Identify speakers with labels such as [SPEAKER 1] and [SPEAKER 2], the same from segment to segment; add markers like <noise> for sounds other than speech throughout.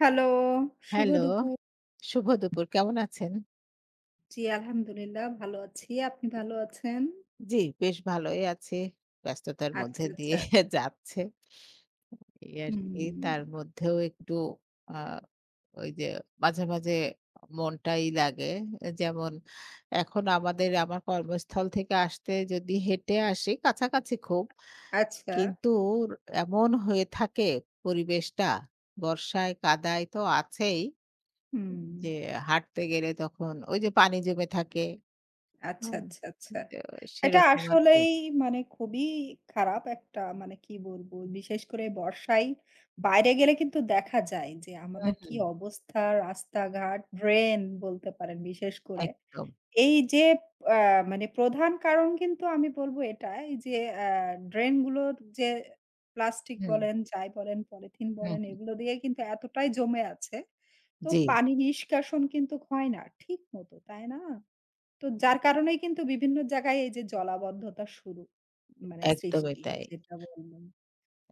[SPEAKER 1] Hello, শুভ
[SPEAKER 2] hello,
[SPEAKER 1] দুপুর।
[SPEAKER 2] শুভ দুপুর। কেমন আছেন?
[SPEAKER 1] জি, আলহামদুলিল্লাহ ভালো আছি। আপনি ভালো আছেন?
[SPEAKER 2] জি, বেশ ভালোই আছি। ব্যস্ততার
[SPEAKER 1] আচ্ছা,
[SPEAKER 2] মধ্যে
[SPEAKER 1] আচ্ছা,
[SPEAKER 2] দিয়ে
[SPEAKER 1] আচ্ছা।
[SPEAKER 2] <laughs> যাচ্ছে। এই আরকি।
[SPEAKER 1] হুম,
[SPEAKER 2] তার মধ্যেও একটু আ ওই যে মাঝে, মাঝে মনটাই লাগে। যেমন এখন আমাদের আমার কর্মস্থল থেকে আসতে যদি হেঁটে আসি কাছাকাছি খুব।
[SPEAKER 1] আচ্ছা।
[SPEAKER 2] কিন্তু এমন হয়ে থাকে পরিবেশটা বর্ষায় কাদায় তো আছেই
[SPEAKER 1] হুম,
[SPEAKER 2] যে হাঁটতে গেলে তখন ওই যে পানি জমে থাকে।
[SPEAKER 1] আচ্ছা,
[SPEAKER 2] হুম।
[SPEAKER 1] আচ্ছা, আচ্ছা।
[SPEAKER 2] তো
[SPEAKER 1] এটা
[SPEAKER 2] সেরকম আরকি।
[SPEAKER 1] আসলেই মানে খুবই খারাপ একটা মানে কি বলবো? বিশেষ করে বর্ষায় বাইরে গেলে কিন্তু দেখা যায় যে
[SPEAKER 2] হুম,
[SPEAKER 1] আমাদের কি
[SPEAKER 2] হুম।
[SPEAKER 1] অবস্থা রাস্তাঘাট, ড্রেন বলতে পারেন বিশেষ করে।
[SPEAKER 2] একদম।
[SPEAKER 1] এই যে আ মানে প্রধান কারণ কিন্তু আমি বলব এটাই যে আ ড্রেন গুলোর যে প্লাস্টিক
[SPEAKER 2] হুম,
[SPEAKER 1] বলেন, যাই বলেন, পলিথিন বলেন
[SPEAKER 2] হুম।
[SPEAKER 1] এগুলো দিয়ে কিন্তু এতটাই জমে আছে। তো
[SPEAKER 2] জি,
[SPEAKER 1] পানি নিষ্কাশন কিন্তু হয় না ঠিক মতো, তাই না? তো যার কারণেই কিন্তু বিভিন্ন জায়গায় এই যে জলাবদ্ধতা শুরু মানে
[SPEAKER 2] একদমই
[SPEAKER 1] সৃষ্টি
[SPEAKER 2] তাই।
[SPEAKER 1] যেটা বললেন।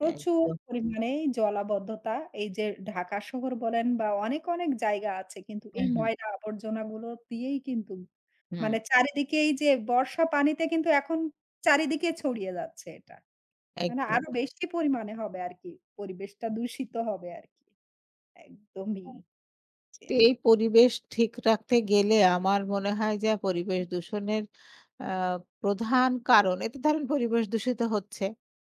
[SPEAKER 1] প্রচুর
[SPEAKER 2] একদম।
[SPEAKER 1] পরিমাণে জলাবদ্ধতা। এই যে ঢাকা শহর বলেন বা অনেক, অনেক জায়গা আছে কিন্তু
[SPEAKER 2] হুম,
[SPEAKER 1] এই
[SPEAKER 2] হুম,
[SPEAKER 1] ময়লা আবর্জনাগুলো দিয়েই কিন্তু
[SPEAKER 2] হুম।
[SPEAKER 1] মানে চারিদিকে এই যে বর্ষা পানিতে কিন্তু এখন চারিদিকে ছড়িয়ে যাচ্ছে এটা। মানে
[SPEAKER 2] একদম।
[SPEAKER 1] আরো বেশি পরিমাণে হবে আরকি। পরিবেশটা দূষিত হবে আরকি। একদমই যে
[SPEAKER 2] তো এই পরিবেশ ঠিক রাখতে গেলে আমার মনে হয় যে পরিবেশ দূষণের আ প্রধান কারণ এতে ধরেন পরিবেশ দূষিত হচ্ছে।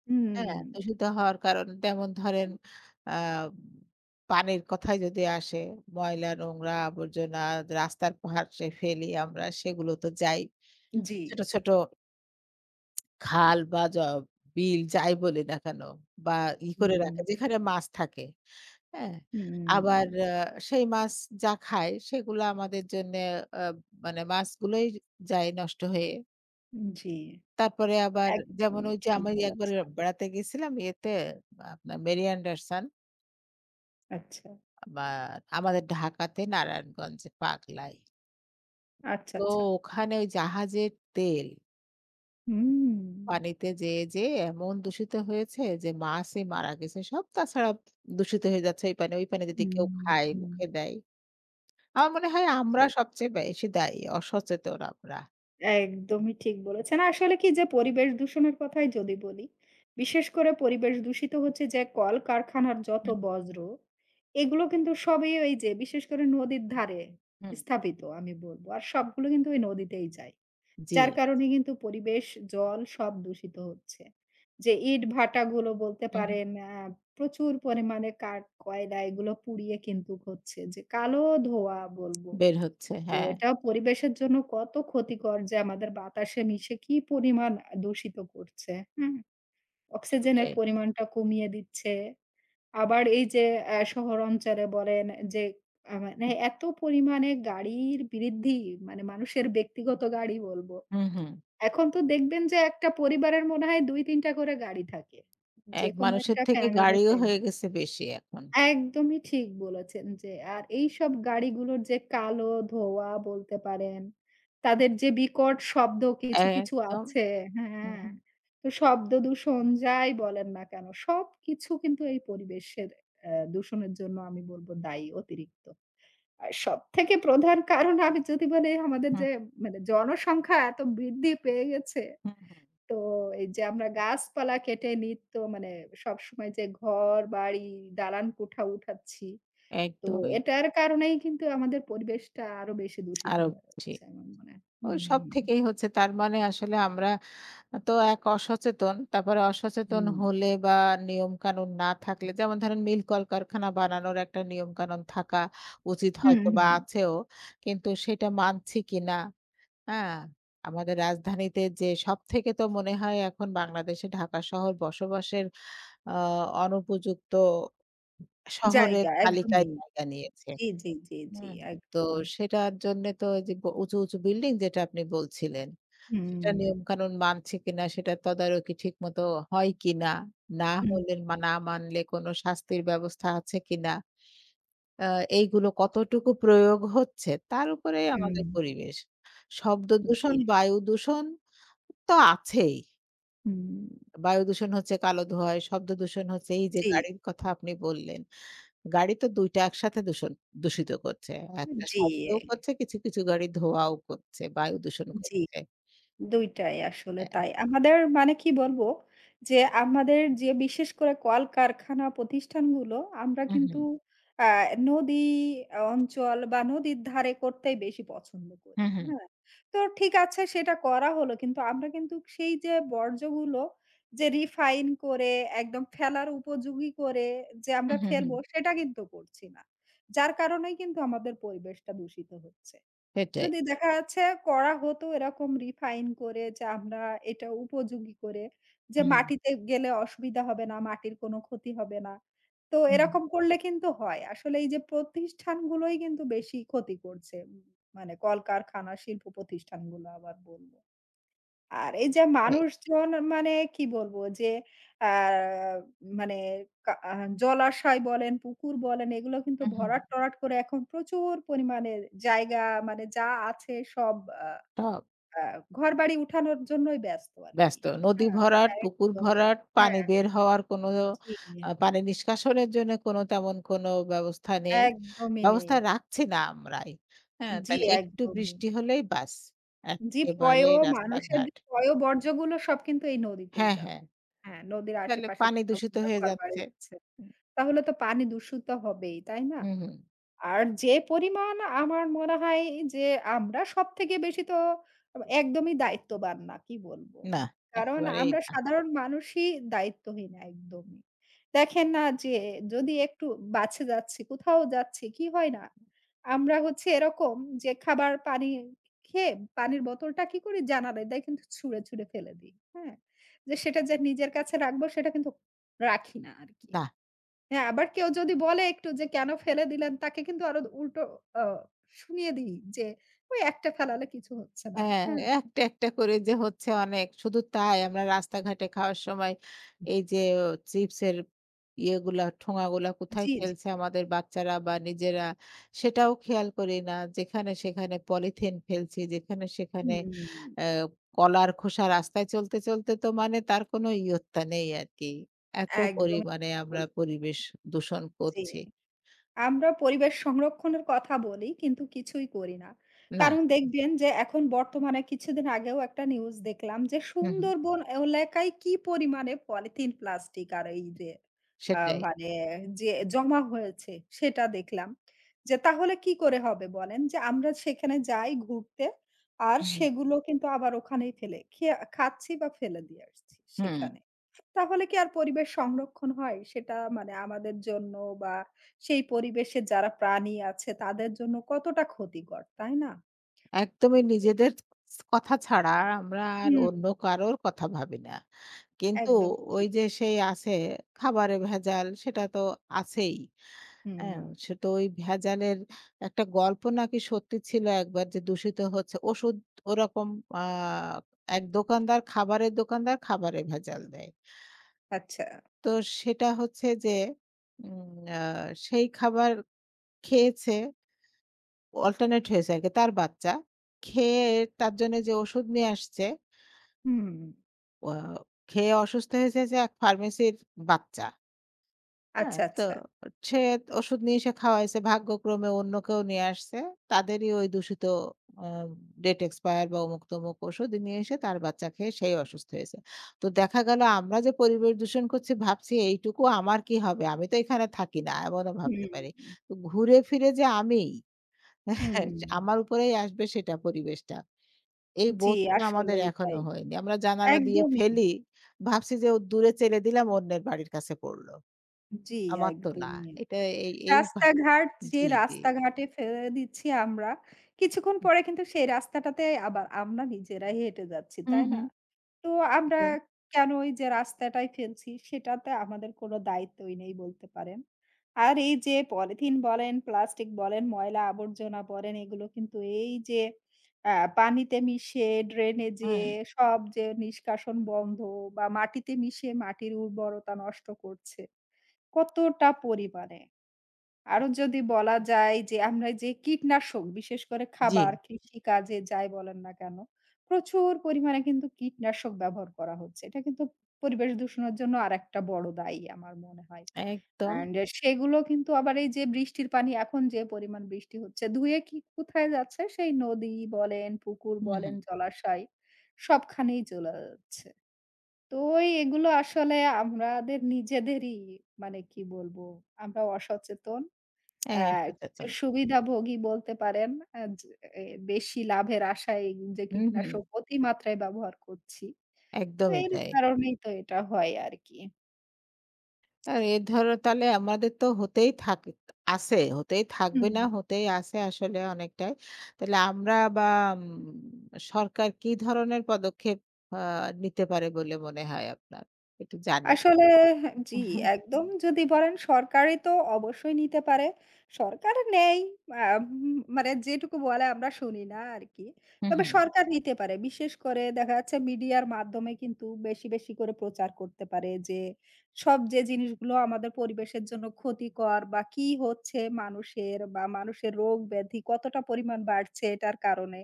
[SPEAKER 1] হুম,
[SPEAKER 2] হ্যাঁ? দূষিত হওয়ার কারণ যেমন ধরেন আ পানির কথায় যদি আসে, ময়লা, নোংরা, আবর্জনা রাস্তার পাশে ফেলি আমরা সেগুলো তো যাই।
[SPEAKER 1] জি।
[SPEAKER 2] ছোট, ছোট খাল বা বিল যাই বলি না কেন বা ই করে
[SPEAKER 1] হুম,
[SPEAKER 2] রাখে যেখানে মাছ থাকে, হ্যাঁ?
[SPEAKER 1] হুম,
[SPEAKER 2] আবার সেই মাছ যা খায় সেগুলা আমাদের জন্যে আ মানে মাছগুলোই যায় নষ্ট হয়ে।
[SPEAKER 1] জি।
[SPEAKER 2] তারপরে আবার যেমন
[SPEAKER 1] একদমই
[SPEAKER 2] ওই যে
[SPEAKER 1] ঠিক
[SPEAKER 2] আমি একবার
[SPEAKER 1] বলেছেন।
[SPEAKER 2] বেড়াতে গেছিলাম ইয়েতে আপনার মেরি অ্যান্ডারসন
[SPEAKER 1] আচ্ছা,
[SPEAKER 2] বা আমাদের ঢাকাতে নারায়ণগঞ্জে পাগলায়।
[SPEAKER 1] আচ্ছা,
[SPEAKER 2] তো
[SPEAKER 1] আচ্ছা।
[SPEAKER 2] ওখানে ওই জাহাজের তেল
[SPEAKER 1] হুম,
[SPEAKER 2] পানিতে যেয়ে, যেয়ে এমন দূষিত হয়েছে যে মাছই মারা গেছে সব। তাছাড়া দূষিত হয়ে যাচ্ছে এই পানি। ওই পানি যদি কেউ
[SPEAKER 1] হুম,
[SPEAKER 2] খায়,
[SPEAKER 1] হুম।
[SPEAKER 2] মুখে দেয়। আমার মনে হয়
[SPEAKER 1] জি,
[SPEAKER 2] আমরা সবচেয়ে বেশি দায়ী, অসচেতন আমরা।
[SPEAKER 1] একদমই ঠিক বলেছেন। আসলে কি যে পরিবেশ দূষণের কথাই যদি বলি, বিশেষ করে পরিবেশ দূষিত হচ্ছে যে কলকারখানার যত বজ্র, এগুলো কিন্তু সবই ওই যে বিশেষ করে নদীর ধারে
[SPEAKER 2] হুম।
[SPEAKER 1] স্থাপিত আমি বলব। আর সবগুলো কিন্তু ওই নদীতেই যায়।
[SPEAKER 2] জি।
[SPEAKER 1] যার কারণে কিন্তু পরিবেশ, জল সব দূষিত হচ্ছে। যে ইটভাটাগুলো বলতে
[SPEAKER 2] হুম, হুম।
[SPEAKER 1] পারেন প্রচুর পরিমাণে কাঠ, কয়লা এগুলো পুড়িয়ে কিন্তু হচ্ছে যে কালো ধোঁয়া বলব।
[SPEAKER 2] বের হচ্ছে,
[SPEAKER 1] তো
[SPEAKER 2] হ্যাঁ,
[SPEAKER 1] এটা পরিবেশের জন্য কত ক্ষতিকর যে আমাদের বাতাসে মিশে কি পরিমাণ দূষিত করছে, হুম? অক্সিজেনের
[SPEAKER 2] সেটাই।
[SPEAKER 1] পরিমাণটা কমিয়ে দিচ্ছে। আবার এই যে শহর অঞ্চলে বলেন যে মানে এত পরিমাণে গাড়ির বৃদ্ধি মানে মানুষের ব্যক্তিগত গাড়ি বলবো।
[SPEAKER 2] হুম, হুম।
[SPEAKER 1] এখন তো দেখবেন যে একটা পরিবারের মনে হয় ২-৩ টা করে গাড়ি থাকে।
[SPEAKER 2] এক
[SPEAKER 1] যেকোনো
[SPEAKER 2] মানুষের
[SPEAKER 1] একটা
[SPEAKER 2] থেকে গাড়িও
[SPEAKER 1] ফ্যামিলিতে।
[SPEAKER 2] হয়ে গেছে বেশি এখন।
[SPEAKER 1] একদমই ঠিক বলেছেন যে আর এইসব গাড়িগুলোর যে কালো ধোঁয়া বলতে পারেন, তাদের যে বিকট শব্দ কিছু, কিছু
[SPEAKER 2] একদম
[SPEAKER 1] আছে হ্যাঁ,
[SPEAKER 2] হুম।
[SPEAKER 1] তো শব্দ দূষণ যাই বলেন না কেন সবকিছু কিন্তু এই পরিবেশের দূষণের জন্য আমি বলব দায়ী অতিরিক্ত। আর সবথেকে প্রধান কারণ আমি যদি বলি আমাদের
[SPEAKER 2] হুম,
[SPEAKER 1] যে মানে জনসংখ্যা এত বৃদ্ধি পেয়ে গেছে
[SPEAKER 2] হুম, হুম।
[SPEAKER 1] তো এই যে আমরা গাছপালা কেটে নিত্য মানে সবসময় যে ঘর বাড়ি দালান কোঠা উঠাচ্ছি, তো
[SPEAKER 2] একদমই।
[SPEAKER 1] এটার কারণেই কিন্তু আমাদের পরিবেশটা আরো বেশি দূষিত
[SPEAKER 2] আরো
[SPEAKER 1] হয়ে
[SPEAKER 2] বেশি।
[SPEAKER 1] যাচ্ছে আমার মনে হয়।
[SPEAKER 2] ওই সব
[SPEAKER 1] হুম,
[SPEAKER 2] থেকেই হচ্ছে তার মানে আসলে আমরা তো এক অসচেতন, তারপরে অসচেতন
[SPEAKER 1] হুম,
[SPEAKER 2] হলে বা নিয়মকানুন না থাকলে যেমন ধরেন মিল কলকারখানা বানানোর একটা নিয়মকানুন থাকা উচিত
[SPEAKER 1] হুম,
[SPEAKER 2] হয়তোবা
[SPEAKER 1] হুম।
[SPEAKER 2] আছেও। কিন্তু সেটা মানছি কিনা? হ্যাঁ? আমাদের রাজধানীতে যে সবথেকে তো মনে হয় এখন বাংলাদেশে ঢাকা শহর বসবাসের আ অনুপযুক্ত শহরের
[SPEAKER 1] জায়গা একদমই।
[SPEAKER 2] তালিকায় জায়গা নিয়েছে।
[SPEAKER 1] জি, জি, জি, জি,
[SPEAKER 2] হুম, তো
[SPEAKER 1] একদমই।
[SPEAKER 2] সেটার জন্যে তো ওই যে উঁচু, উঁচু বিল্ডিং যেটা আপনি বলছিলেন, সেটা
[SPEAKER 1] হুম,
[SPEAKER 2] নিয়মকানুন মানছে কিনা, সেটার তদারকি ঠিকমতো হয় কিনা, না
[SPEAKER 1] হুম,
[SPEAKER 2] হলে না মানলে কোনো শাস্তির ব্যবস্থা আছে কিনা, আ এইগুলো কতটুকু প্রয়োগ হচ্ছে, তার উপরেই
[SPEAKER 1] হুম,
[SPEAKER 2] আমাদের পরিবেশ। শব্দ
[SPEAKER 1] জি।
[SPEAKER 2] দূষণ, বায়ু দূষণ তো আছেই।
[SPEAKER 1] হুম।
[SPEAKER 2] বায়ু দূষণ হচ্ছে কালো ধোঁয়ায়, শব্দ দূষণ হচ্ছে এই যে
[SPEAKER 1] জি,
[SPEAKER 2] গাড়ির কথা আপনি বললেন। গাড়ি তো ২ টা একসাথে দূষণ দূষিত করছে। একটা
[SPEAKER 1] জি,
[SPEAKER 2] শব্দও করছে, কিছু, কিছু গাড়ি ধোঁয়াও করছে, বায়ু দূষণ
[SPEAKER 1] জি।
[SPEAKER 2] করছে।
[SPEAKER 1] ২টাই আসলে
[SPEAKER 2] হ্যাঁ।
[SPEAKER 1] তাই। আমাদের মানে কি বলব যে আমাদের যে বিশেষ করে কলকারখানা প্রতিষ্ঠানগুলো আমরা
[SPEAKER 2] হুম,
[SPEAKER 1] কিন্তু
[SPEAKER 2] হুম।
[SPEAKER 1] আ নদী অঞ্চল বা নদীর ধারে করতেই বেশি পছন্দ করি।
[SPEAKER 2] হুম, হুম।
[SPEAKER 1] হ্যাঁ? তো ঠিক আছে সেটা করা হলো। কিন্তু আমরা কিন্তু সেই যে বর্জ্যগুলো যে রিফাইন করে একদম ফেলার উপযোগী করে যে
[SPEAKER 2] হুম,
[SPEAKER 1] আমরা
[SPEAKER 2] হুম, হুম।
[SPEAKER 1] ফেলবো সেটা কিন্তু করছি না। যার কারণেই কিন্তু আমাদের পরিবেশটা দূষিত হচ্ছে।
[SPEAKER 2] সেটাই।
[SPEAKER 1] যদি দেখা যাচ্ছে করা হতো এরকম রিফাইন করে যে আমরা এটা উপযোগী করে যে
[SPEAKER 2] হুম,
[SPEAKER 1] মাটিতে গেলে অসুবিধা হবে না, মাটির কোনো ক্ষতি হবে না। তো
[SPEAKER 2] হুম।
[SPEAKER 1] এরকম করলে কিন্তু হয়। আসলে এই যে প্রতিষ্ঠানগুলোই কিন্তু বেশি ক্ষতি করছে। মানে কলকারখানা, শিল্প প্রতিষ্ঠানগুলো আবার বলব। আর এই যে
[SPEAKER 2] সেটাই।
[SPEAKER 1] মানুষজন মানে কি বলবো যে আ মানে কা আ জলাশয় বলেন, পুকুর বলেন এগুলো কিন্তু
[SPEAKER 2] হুম, হুম।
[SPEAKER 1] ভরাট-টরাট করে এখন প্রচুর পরিমাণে জায়গা মানে যা আছে সব আ
[SPEAKER 2] সব
[SPEAKER 1] আ ঘরবাড়ি উঠানোর জন্যই ব্যস্ত আরকি।
[SPEAKER 2] ব্যস্ত। নদী
[SPEAKER 1] হ্যাঁ,
[SPEAKER 2] ভরাট, পুকুর
[SPEAKER 1] একদমই।
[SPEAKER 2] ভরাট, পানি
[SPEAKER 1] হ্যাঁ,
[SPEAKER 2] বের হওয়ার কোনো
[SPEAKER 1] জি।
[SPEAKER 2] পানি নিষ্কাশনের জন্য কোনো তেমন কোনো ব্যবস্থা নেই।
[SPEAKER 1] একদমই নেই।
[SPEAKER 2] ব্যবস্থা রাখছি না আমরাই। হ্যাঁ,
[SPEAKER 1] জি,
[SPEAKER 2] তাহলে একটু
[SPEAKER 1] একদমই।
[SPEAKER 2] বৃষ্টি হলেই বাস।
[SPEAKER 1] জি
[SPEAKER 2] একেবারে
[SPEAKER 1] মানুষের যে
[SPEAKER 2] রাস্তাঘাট।
[SPEAKER 1] পয়ঃবর্জ্যগুলো সব কিন্তু এই নদীতেই
[SPEAKER 2] হ্যাঁ,
[SPEAKER 1] যাচ্ছে।
[SPEAKER 2] হ্যাঁ।
[SPEAKER 1] হ্যাঁ, নদীর
[SPEAKER 2] তাহলে
[SPEAKER 1] আশেপাশে
[SPEAKER 2] পানি
[SPEAKER 1] যেসব
[SPEAKER 2] দূষিত হয়ে
[SPEAKER 1] ঘরবাড়ি
[SPEAKER 2] যাচ্ছে।
[SPEAKER 1] আছে। তাহলে তো পানি দূষিত হবেই, তাই না?
[SPEAKER 2] হুম, হুম।
[SPEAKER 1] আর যে পরিমাণ আমার মনে হয় যে আমরা সবথেকে বেশি তো একদমই দায়িত্ববান না, কি বলবো?
[SPEAKER 2] না,
[SPEAKER 1] কারণ
[SPEAKER 2] একেবারেই
[SPEAKER 1] আমরা
[SPEAKER 2] না।
[SPEAKER 1] সাধারণ মানুষই দায়িত্বহীন একদমই। দেখেন না যে যদি একটু বাছে যাচ্ছি, কোথাও যাচ্ছি, কি হয় না? আমরা হচ্ছে এরকম যে খাবার পানি খেয়ে পানির বোতলটা কি করি? জানালায় দিয়ে কিন্তু ছুঁড়ে, ছুঁড়ে ফেলে দিই। হ্যাঁ? যে সেটা যে নিজের কাছে রাখবো সেটা কিন্তু রাখি না আরকি।
[SPEAKER 2] না।
[SPEAKER 1] হ্যাঁ, আবার কেউ যদি বলে একটু যে, "কেন ফেলে দিলেন?" তাকে কিন্তু আরো উল্টো আ শুনিয়ে দিই যে, "ওই একটা ফেলালে কিছু হচ্ছে না।"
[SPEAKER 2] হ্যাঁ,
[SPEAKER 1] হ্যাঁ?
[SPEAKER 2] একটা, একটা করে যে হচ্ছে অনেক। শুধু তাই আমরা রাস্তাঘাটে খাওয়ার সময় এই যে চিপসের ইয়েগুলা, ঠোঙাগুলা কোথায়
[SPEAKER 1] জি, জি।
[SPEAKER 2] ফেলছে আমাদের বাচ্চারা বা নিজেরা সেটাও খেয়াল করি না। যেখানে সেখানে পলিথিন ফেলছি, যেখানে সেখানে
[SPEAKER 1] হুম,
[SPEAKER 2] অ্যা কলার খোসা রাস্তায় চলতে, চলতে তো মানে তার কোনো ইয়ত্তা নেই আরকি। এত
[SPEAKER 1] একদমই
[SPEAKER 2] পরিমাণে
[SPEAKER 1] ঠিক
[SPEAKER 2] আমরা
[SPEAKER 1] বলেছেন।
[SPEAKER 2] পরিবেশ দূষণ
[SPEAKER 1] জি।
[SPEAKER 2] করছি।
[SPEAKER 1] আমরা পরিবেশ সংরক্ষণের কথা বলি, কিন্তু কিছুই করি না।
[SPEAKER 2] না।
[SPEAKER 1] কারণ দেখবেন যে এখন বর্তমানে কিছুদিন আগেও একটা নিউজ দেখলাম যে
[SPEAKER 2] হুম, হুম।
[SPEAKER 1] সুন্দরবন এলাকায় কি পরিমাণে পলিথিন, প্লাস্টিক আর এই যে
[SPEAKER 2] সেটাই।
[SPEAKER 1] মানে যে জমা হয়েছে সেটা দেখলাম। যে তাহলে কি করে হবে বলেন? যে আমরা সেখানে যাই ঘুরতে আর
[SPEAKER 2] হুম,
[SPEAKER 1] সেগুলো কিন্তু আবার ওখানেই ফেলে খেয়া খাচ্ছি বা ফেলে দিয়ে আসছি
[SPEAKER 2] হুম।
[SPEAKER 1] সেখানে। তাহলে কি আর পরিবেশ সংরক্ষণ হয়? সেটা মানে আমাদের জন্য বা সেই পরিবেশে যারা প্রাণী আছে তাদের জন্য কতটা ক্ষতিকর, তাই না? তো
[SPEAKER 2] একদমই
[SPEAKER 1] এ
[SPEAKER 2] নিজেদের কথা ছাড়া আমরা আর
[SPEAKER 1] হুম,
[SPEAKER 2] অন্য কারোর কথা ভাবি না। কিন্তু
[SPEAKER 1] একদম
[SPEAKER 2] ওই
[SPEAKER 1] ঠিক।
[SPEAKER 2] যে সেই আছে খাবারে ভেজাল সেটা তো আছেই।
[SPEAKER 1] হুম,
[SPEAKER 2] হ্যাঁ? সে তো ওই ভেজালের একটা গল্প নাকি সত্যি ছিল একবার যে দূষিত হচ্ছে ওষুধ ওরকম আ এক দোকানদার খাবারের দোকানদার খাবারে ভেজাল দেয়।
[SPEAKER 1] আচ্ছা।
[SPEAKER 2] তো সেটা হচ্ছে যে উম আ সেই খাবার খেয়েছে অল্টারনেট হয়েছে আরকি তার বাচ্চা। খেয়ে তার জন্য যে ওষুধ নিয়ে আসছে,
[SPEAKER 1] হুম,
[SPEAKER 2] অ খেয়ে অসুস্থ হয়েছে যে এক ফার্মেসির বাচ্চা। আচ্ছা।
[SPEAKER 1] আচ্ছা,
[SPEAKER 2] তো
[SPEAKER 1] আচ্ছা।
[SPEAKER 2] সে ওষুধ নিয়ে এসে খাওয়াইছে। ভাগ্যক্রমে অন্য কেউ নিয়ে আসছে। তাদেরই ওই দূষিত আ ডেট এক্সপায়ার বা অমুক-তমুক ওষুধ নিয়ে এসে তার বাচ্চা খেয়ে সেই অসুস্থ হয়েছে। তো দেখা গেল আমরা যে পরিবেশ দূষণ করছি ভাবছি এইটুকু আমার কি হবে? আমি তো এখানে থাকি না। এমনও
[SPEAKER 1] হুম,
[SPEAKER 2] ভাবতে পারি। তো ঘুরে ফিরে যে আমিই। হ্যাঁ,
[SPEAKER 1] হুম,
[SPEAKER 2] আমার উপরেই আসবে সেটা পরিবেশটা। এই
[SPEAKER 1] জি,
[SPEAKER 2] বোধটা আমাদের
[SPEAKER 1] আসলেই
[SPEAKER 2] এখনো
[SPEAKER 1] তাই।
[SPEAKER 2] হয়নি। আমরা জানালা দিয়ে
[SPEAKER 1] একদমই।
[SPEAKER 2] ফেলি। ভাবছি যে ও দূরে চেলে দিলাম অন্যের বাড়ির কাছে পড়লো।
[SPEAKER 1] জি,
[SPEAKER 2] আমার তো না।
[SPEAKER 1] একদমই।
[SPEAKER 2] এটা এই এই ভাব
[SPEAKER 1] রাস্তাঘাট যে
[SPEAKER 2] জি, জি।
[SPEAKER 1] রাস্তাঘাটে ফেলে দিচ্ছি আমরা, কিছুক্ষণ পরে কিন্তু সেই রাস্তাটাতে আবার আমরা নিজেরাই হেঁটে যাচ্ছি,
[SPEAKER 2] হুম,
[SPEAKER 1] তাই না?
[SPEAKER 2] হুম।
[SPEAKER 1] তো আমরা
[SPEAKER 2] জি,
[SPEAKER 1] কেন এই যে রাস্তাটায় ফেলছি সেটাতে আমাদের কোনো দায়িত্বই নেই বলতে পারেন। আর এই যে পলিথিন বলেন, প্লাস্টিক বলেন, ময়লা আবর্জনা বলেন এগুলো কিন্তু এই যে আ পানিতে মিশে, ড্রেনে
[SPEAKER 2] হুম।
[SPEAKER 1] যেয়ে সব যে নিষ্কাশন বন্ধ বা মাটিতে মিশে মাটির উর্বরতা নষ্ট করছে কতটা পরিমাণে। আরো যদি বলা যায় যে আমরা যে কীটনাশক বিশেষ করে
[SPEAKER 2] জি,
[SPEAKER 1] খাবার, কৃষিকাজে যাই বলেন না কেন, প্রচুর পরিমাণে কিন্তু কীটনাশক ব্যবহার করা হচ্ছে। এটা কিন্তু পরিবেশ দূষণের জন্য আরেকটা বড় দায়ী আমার মনে হয়।
[SPEAKER 2] একদম।
[SPEAKER 1] অ্যান্ড সেগুলো কিন্তু আবার এই যে বৃষ্টির পানি এখন যে পরিমাণ বৃষ্টি হচ্ছে ধুয়ে কি কোথায় যাচ্ছে? সেই নদী বলেন, পুকুর
[SPEAKER 2] হুম,
[SPEAKER 1] বলেন,
[SPEAKER 2] হুম।
[SPEAKER 1] জলাশয় সবখানেই চলে যাচ্ছে। তো এই এগুলো আসলে আমাদের নিজেদেরই মানে কি বলবো আমরা অসচেতন। আ
[SPEAKER 2] হ্যাঁ,
[SPEAKER 1] কিছু
[SPEAKER 2] সচেতন।
[SPEAKER 1] সুবিধাভোগী বলতে পারেন। আ য এ বেশি লাভের আশায় যে
[SPEAKER 2] হুম, হুম।
[SPEAKER 1] কীটনাশক অতিমাত্রায় ব্যবহার করছি। তো
[SPEAKER 2] একদমই
[SPEAKER 1] এর
[SPEAKER 2] তাই।
[SPEAKER 1] কারণেই তো এটা হয় আরকি।
[SPEAKER 2] আর এ ধরো তাহলে আমাদের তো হতেই থাক আছে, হতেই থাকবে
[SPEAKER 1] হুম।
[SPEAKER 2] না, হতেই আছে আসলে অনেকটাই। তাহলে আমরা বা উম সরকার কি ধরনের পদক্ষেপ আ নিতে পারে বলে মনে হয় আপনার? একটু জানি।
[SPEAKER 1] আসলে জি,
[SPEAKER 2] হু,
[SPEAKER 1] একদম যদি বলেন সরকারি তো অবশ্যই নিতে পারে। সরকার নেয় আম মানে যেটুকু বলে আমরা শুনি না আরকি।
[SPEAKER 2] হু,
[SPEAKER 1] তবে
[SPEAKER 2] হু।
[SPEAKER 1] সরকার নিতে পারে। বিশেষ করে দেখা যাচ্ছে মিডিয়ার মাধ্যমে কিন্তু বেশি, বেশি করে প্রচার করতে পারে যে সব যে জিনিসগুলো আমাদের পরিবেশের জন্য ক্ষতিকর বা কি হচ্ছে মানুষের বা মানুষের রোগ ব্যাধি কতটা পরিমাণ বাড়ছে এটার কারণে।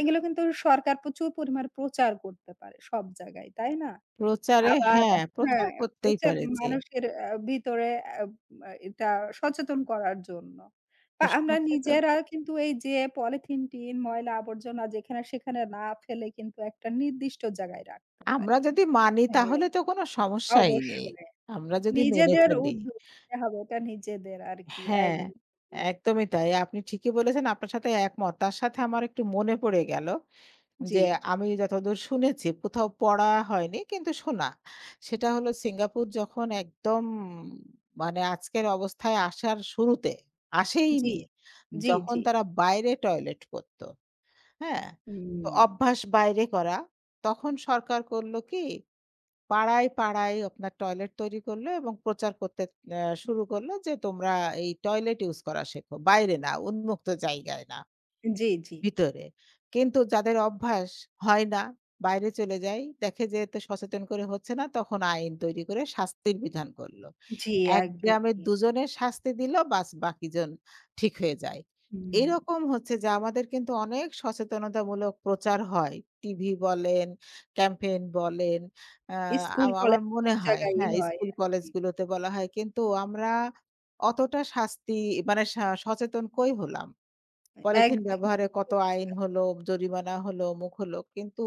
[SPEAKER 1] এগুলো কিন্তু সরকার প্রচুর পরিমাণে প্রচার করতে পারে সব জায়গায়, তাই না?
[SPEAKER 2] প্রচারে
[SPEAKER 1] আবার
[SPEAKER 2] হ্যাঁ, প্রচার
[SPEAKER 1] হ্যাঁ,
[SPEAKER 2] করতেই
[SPEAKER 1] প্রচার
[SPEAKER 2] পারে যে
[SPEAKER 1] মানুষের ভিতরে আ আ এটা সচেতন করার জন্য।
[SPEAKER 2] তো
[SPEAKER 1] বা আমরা
[SPEAKER 2] সচেতন
[SPEAKER 1] নিজেরা কিন্তু এই যে পলিথিন, টিন, ময়লা আবর্জনা যেখানে সেখানে না ফেলে কিন্তু একটা নির্দিষ্ট জায়গায় রাখতে
[SPEAKER 2] আমরা
[SPEAKER 1] পারি।
[SPEAKER 2] যদি মানি
[SPEAKER 1] হ্যাঁ,
[SPEAKER 2] তাহলে তো কোনো সমস্যাই নেই।
[SPEAKER 1] অবশ্যই।
[SPEAKER 2] আমরা যদি মেনে
[SPEAKER 1] নিজেদের
[SPEAKER 2] চলি।
[SPEAKER 1] উদ্যোগ নিতে হবে এটা নিজেদের আরকি
[SPEAKER 2] হ্যাঁ,
[SPEAKER 1] একদমই।
[SPEAKER 2] একদমই তাই। আপনি ঠিকই বলেছেন। আপনার সাথে একমত। তার সাথে আমার একটু মনে পড়ে গেল
[SPEAKER 1] জি,
[SPEAKER 2] যে আমি যতদূর শুনেছি কোথাও পড়া হয়নি কিন্তু শোনা। সেটা হলো সিঙ্গাপুর যখন একদম মানে আজকের অবস্থায় আসার শুরুতে
[SPEAKER 1] জি,
[SPEAKER 2] আসেইনি।
[SPEAKER 1] জি,
[SPEAKER 2] যখন
[SPEAKER 1] জি।
[SPEAKER 2] তারা বাইরে টয়লেট করত, হ্যাঁ? তো
[SPEAKER 1] হুম।
[SPEAKER 2] অভ্যাস বাইরে করা। তখন সরকার করল কি পাড়ায়, পাড়ায় আপনার টয়লেট তৈরি করল এবং প্রচার করতে শুরু করল যে তোমরা এই টয়লেট ইউজ করা শেখো। বাইরে না, উন্মুক্ত জায়গায় না।
[SPEAKER 1] জি, জি,
[SPEAKER 2] ভিতরে। কিন্তু যাদের অভ্যাস হয় না, বাইরে চলে যায়, দেখে যে এতে সচেতন করে হচ্ছে না, তখন আইন তৈরি করে শাস্তির বিধান করলো।
[SPEAKER 1] জি
[SPEAKER 2] এক গ্রামের
[SPEAKER 1] একদমই।
[SPEAKER 2] দুজনের শাস্তি দিল, বাস বাকিজন ঠিক হয়ে যায়।
[SPEAKER 1] হুম।
[SPEAKER 2] এরকম হচ্ছে যে আমাদের কিন্তু অনেক সচেতনতামূলক প্রচার হয়। টিভি বলেন, ক্যাম্পেইন বলেন, আ আ
[SPEAKER 1] স্কুল,
[SPEAKER 2] আমার
[SPEAKER 1] কলেজ সব
[SPEAKER 2] মনে হয়
[SPEAKER 1] জায়গায়ই
[SPEAKER 2] হ্যাঁ,
[SPEAKER 1] হয়
[SPEAKER 2] স্কুল
[SPEAKER 1] আরকি।
[SPEAKER 2] কলেজগুলোতে বলা হয়। কিন্তু আমরা অতটা শাস্তি মানে সচেতন কই হলাম? পলিথিন
[SPEAKER 1] একদমই
[SPEAKER 2] ব্যবহারে
[SPEAKER 1] ঠিক
[SPEAKER 2] কত আইন
[SPEAKER 1] বলেছেন,
[SPEAKER 2] হলো, জরিমানা হলো, অমুক হলো। কিন্তু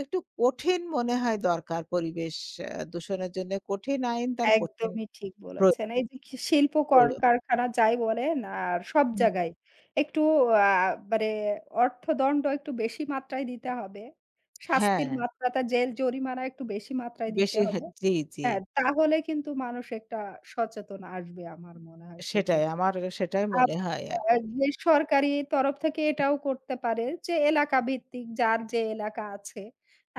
[SPEAKER 2] একটু কঠিন মনে হয় দরকার পরিবেশ দূষণের জন্য কঠিন আইন তার কঠিন
[SPEAKER 1] একদমই ঠিক
[SPEAKER 2] প্র
[SPEAKER 1] বলেছেন। এই যে শিল্প
[SPEAKER 2] প্রয়োগ।
[SPEAKER 1] কারখানা যাই বলেন আর সব
[SPEAKER 2] হুম।
[SPEAKER 1] জায়গায় একটু আ মানে অর্থদণ্ড একটু বেশি মাত্রায় দিতে হবে। শাস্তির
[SPEAKER 2] হ্যাঁ,
[SPEAKER 1] মাত্রাটা জেল জরিমানা একটু বেশি মাত্রায় দিতে
[SPEAKER 2] বেশি হা
[SPEAKER 1] হবে।
[SPEAKER 2] জি, জি।
[SPEAKER 1] হ্যাঁ, তাহলে কিন্তু মানুষ একটা সচেতন আসবে আমার মনে হয়
[SPEAKER 2] সেটাই
[SPEAKER 1] সেক্ষেত্রে।
[SPEAKER 2] আমার সেটাই মনে হয়
[SPEAKER 1] আবার
[SPEAKER 2] আরকি।
[SPEAKER 1] যে সরকারি তরফ থেকে এটাও করতে পারে যে এলাকা ভিত্তিক যার যে এলাকা আছে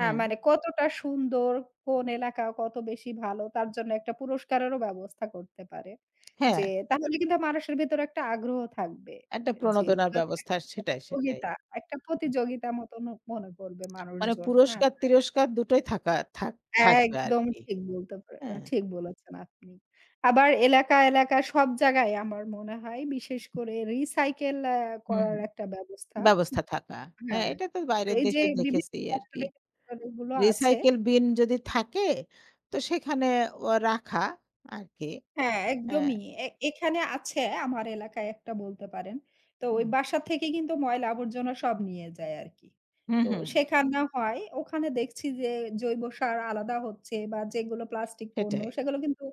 [SPEAKER 1] মানে কতটা সুন্দর, কোন এলাকা কত বেশি ভালো তার জন্য একটা পুরস্কারেরও ব্যবস্থা করতে পারে।
[SPEAKER 2] হ্যাঁ,
[SPEAKER 1] যে তাহলে কিন্তু মানুষের ভেতরে একটা আগ্রহ থাকবে।
[SPEAKER 2] একটা
[SPEAKER 1] যে
[SPEAKER 2] প্রণোদনার
[SPEAKER 1] যদি
[SPEAKER 2] ব্যবস্থা
[SPEAKER 1] একটা
[SPEAKER 2] সেটাই, সেটাই।
[SPEAKER 1] প্রতিযোগিতা, একটা
[SPEAKER 2] হুম।
[SPEAKER 1] প্রতিযোগিতা মতন মনে করবে
[SPEAKER 2] মানে
[SPEAKER 1] মানুষজন। হ্যাঁ।
[SPEAKER 2] পুরস্কার-তিরস্কার দুটোই থাকা থাক থাকবে
[SPEAKER 1] একদম
[SPEAKER 2] আরকি।
[SPEAKER 1] ঠিক বলতে পারে
[SPEAKER 2] হ্যাঁ।
[SPEAKER 1] ঠিক বলেছেন আপনি। আবার এলাকা, এলাকা সব জায়গায় আমার মনে হয় বিশেষ করে রিসাইকেল
[SPEAKER 2] হুম,
[SPEAKER 1] করার
[SPEAKER 2] হুম।
[SPEAKER 1] একটা ব্যবস্থা
[SPEAKER 2] ব্যবস্থা থাকা। হ্যাঁ,
[SPEAKER 1] হ্যাঁ,
[SPEAKER 2] এটা তো বাইরের
[SPEAKER 1] এই যে
[SPEAKER 2] দেশে
[SPEAKER 1] বিভিন্ন
[SPEAKER 2] দেখেছি আরকি।
[SPEAKER 1] ফ্যাক্টরি গুলো আছে
[SPEAKER 2] রিসাইকেল বিন যদি থাকে, তো সেখানে ও রাখা আরকি।
[SPEAKER 1] হ্যাঁ,
[SPEAKER 2] অ্যা
[SPEAKER 1] একদমই। এ এখানে আছে আমার এলাকায় একটা বলতে পারেন। তো ওই
[SPEAKER 2] হুম,
[SPEAKER 1] বাসা থেকে কিন্তু ময়লা আবর্জনা সব নিয়ে যায় আরকি।
[SPEAKER 2] হুম,
[SPEAKER 1] তো
[SPEAKER 2] হুম,
[SPEAKER 1] সেখানে হয়, ওখানে দেখছি যে জৈব সার আলাদা হচ্ছে বা যেগুলো প্লাস্টিক পণ্য
[SPEAKER 2] সেটাই।
[SPEAKER 1] সেগুলো কিন্তু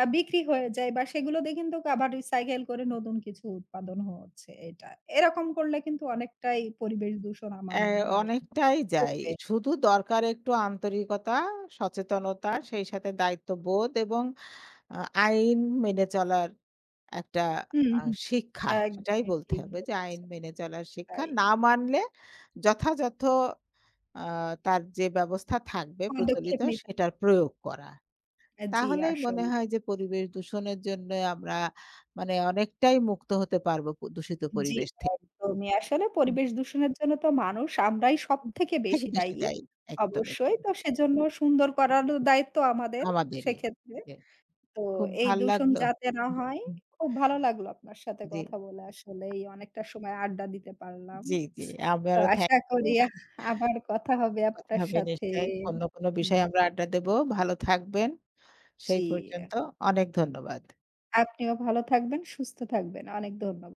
[SPEAKER 1] বিক্রি হয়ে যায় বা সেগুলো দিয়ে কিন্তু আবার রিসাইকেল করে নতুন কিছু উৎপাদন হচ্ছে এটা। এরকম করলে কিন্তু অনেকটাই পরিবেশ দূষণ আমার
[SPEAKER 2] অ্যা
[SPEAKER 1] মনে হয়
[SPEAKER 2] অনেকটাই যায়।
[SPEAKER 1] কমবে।
[SPEAKER 2] শুধু দরকার একটু আন্তরিকতা, সচেতনতা, সেই সাথে দায়িত্ববোধ এবং আ আইন মেনে চলার একটা
[SPEAKER 1] হুম,
[SPEAKER 2] আ
[SPEAKER 1] হুম।
[SPEAKER 2] শিক্ষা। সেটাই
[SPEAKER 1] একদমই
[SPEAKER 2] বলতে
[SPEAKER 1] ঠিক
[SPEAKER 2] হবে যে আইন
[SPEAKER 1] বলেছেন।
[SPEAKER 2] মেনে চলার শিক্ষা।
[SPEAKER 1] তাই
[SPEAKER 2] না মানলে যথাযথ আ তার যে ব্যবস্থা থাকবে প্রচলিত
[SPEAKER 1] পদক্ষেপ নিতে হবে।
[SPEAKER 2] সেটার প্রয়োগ করা।
[SPEAKER 1] জি
[SPEAKER 2] তাহলেই মনে
[SPEAKER 1] আসলে।
[SPEAKER 2] হয় যে পরিবেশ দূষণের জন্য আমরা মানে অনেকটাই মুক্ত হতে পারবো দূষিত
[SPEAKER 1] জি,
[SPEAKER 2] পরিবেশ থেকে।
[SPEAKER 1] একদমই। আসলে
[SPEAKER 2] হুম।
[SPEAKER 1] পরিবেশ দূষণের জন্য তো মানুষ আমরাই সবথেকে
[SPEAKER 2] থেকে
[SPEAKER 1] বেশি
[SPEAKER 2] বেশি
[SPEAKER 1] দায়ী।
[SPEAKER 2] দায়ী একদমই
[SPEAKER 1] অবশ্যই।
[SPEAKER 2] তাই।
[SPEAKER 1] তো সেজন্য সুন্দর করারও দায়িত্ব আমাদের
[SPEAKER 2] আমাদেরই।
[SPEAKER 1] সেক্ষেত্রে।
[SPEAKER 2] জি।
[SPEAKER 1] তো
[SPEAKER 2] খুব
[SPEAKER 1] এই
[SPEAKER 2] ভাল
[SPEAKER 1] দূষণ
[SPEAKER 2] লাগলো।
[SPEAKER 1] যাতে না হয়,
[SPEAKER 2] হুম।
[SPEAKER 1] খুব ভালো লাগলো আপনার সাথে
[SPEAKER 2] জি,
[SPEAKER 1] কথা বলে আসলেই অনেকটা সময় আড্ডা দিতে পারলাম।
[SPEAKER 2] জি, জি।
[SPEAKER 1] তো
[SPEAKER 2] আমারও থ্যাংক
[SPEAKER 1] আশা
[SPEAKER 2] ইউ।
[SPEAKER 1] করি আবার কথা হবে
[SPEAKER 2] কথা
[SPEAKER 1] আপনার
[SPEAKER 2] হবে
[SPEAKER 1] সাথে।
[SPEAKER 2] নিশ্চয়ই। অন্য কোনো
[SPEAKER 1] হুম,
[SPEAKER 2] বিষয়ে আমরা আড্ডা দেব। ভালো থাকবেন।
[SPEAKER 1] জি।
[SPEAKER 2] সেই পর্যন্ত অনেক ধন্যবাদ।
[SPEAKER 1] আপনিও ভালো থাকবেন, সুস্থ থাকবেন। অনেক ধন্যবাদ।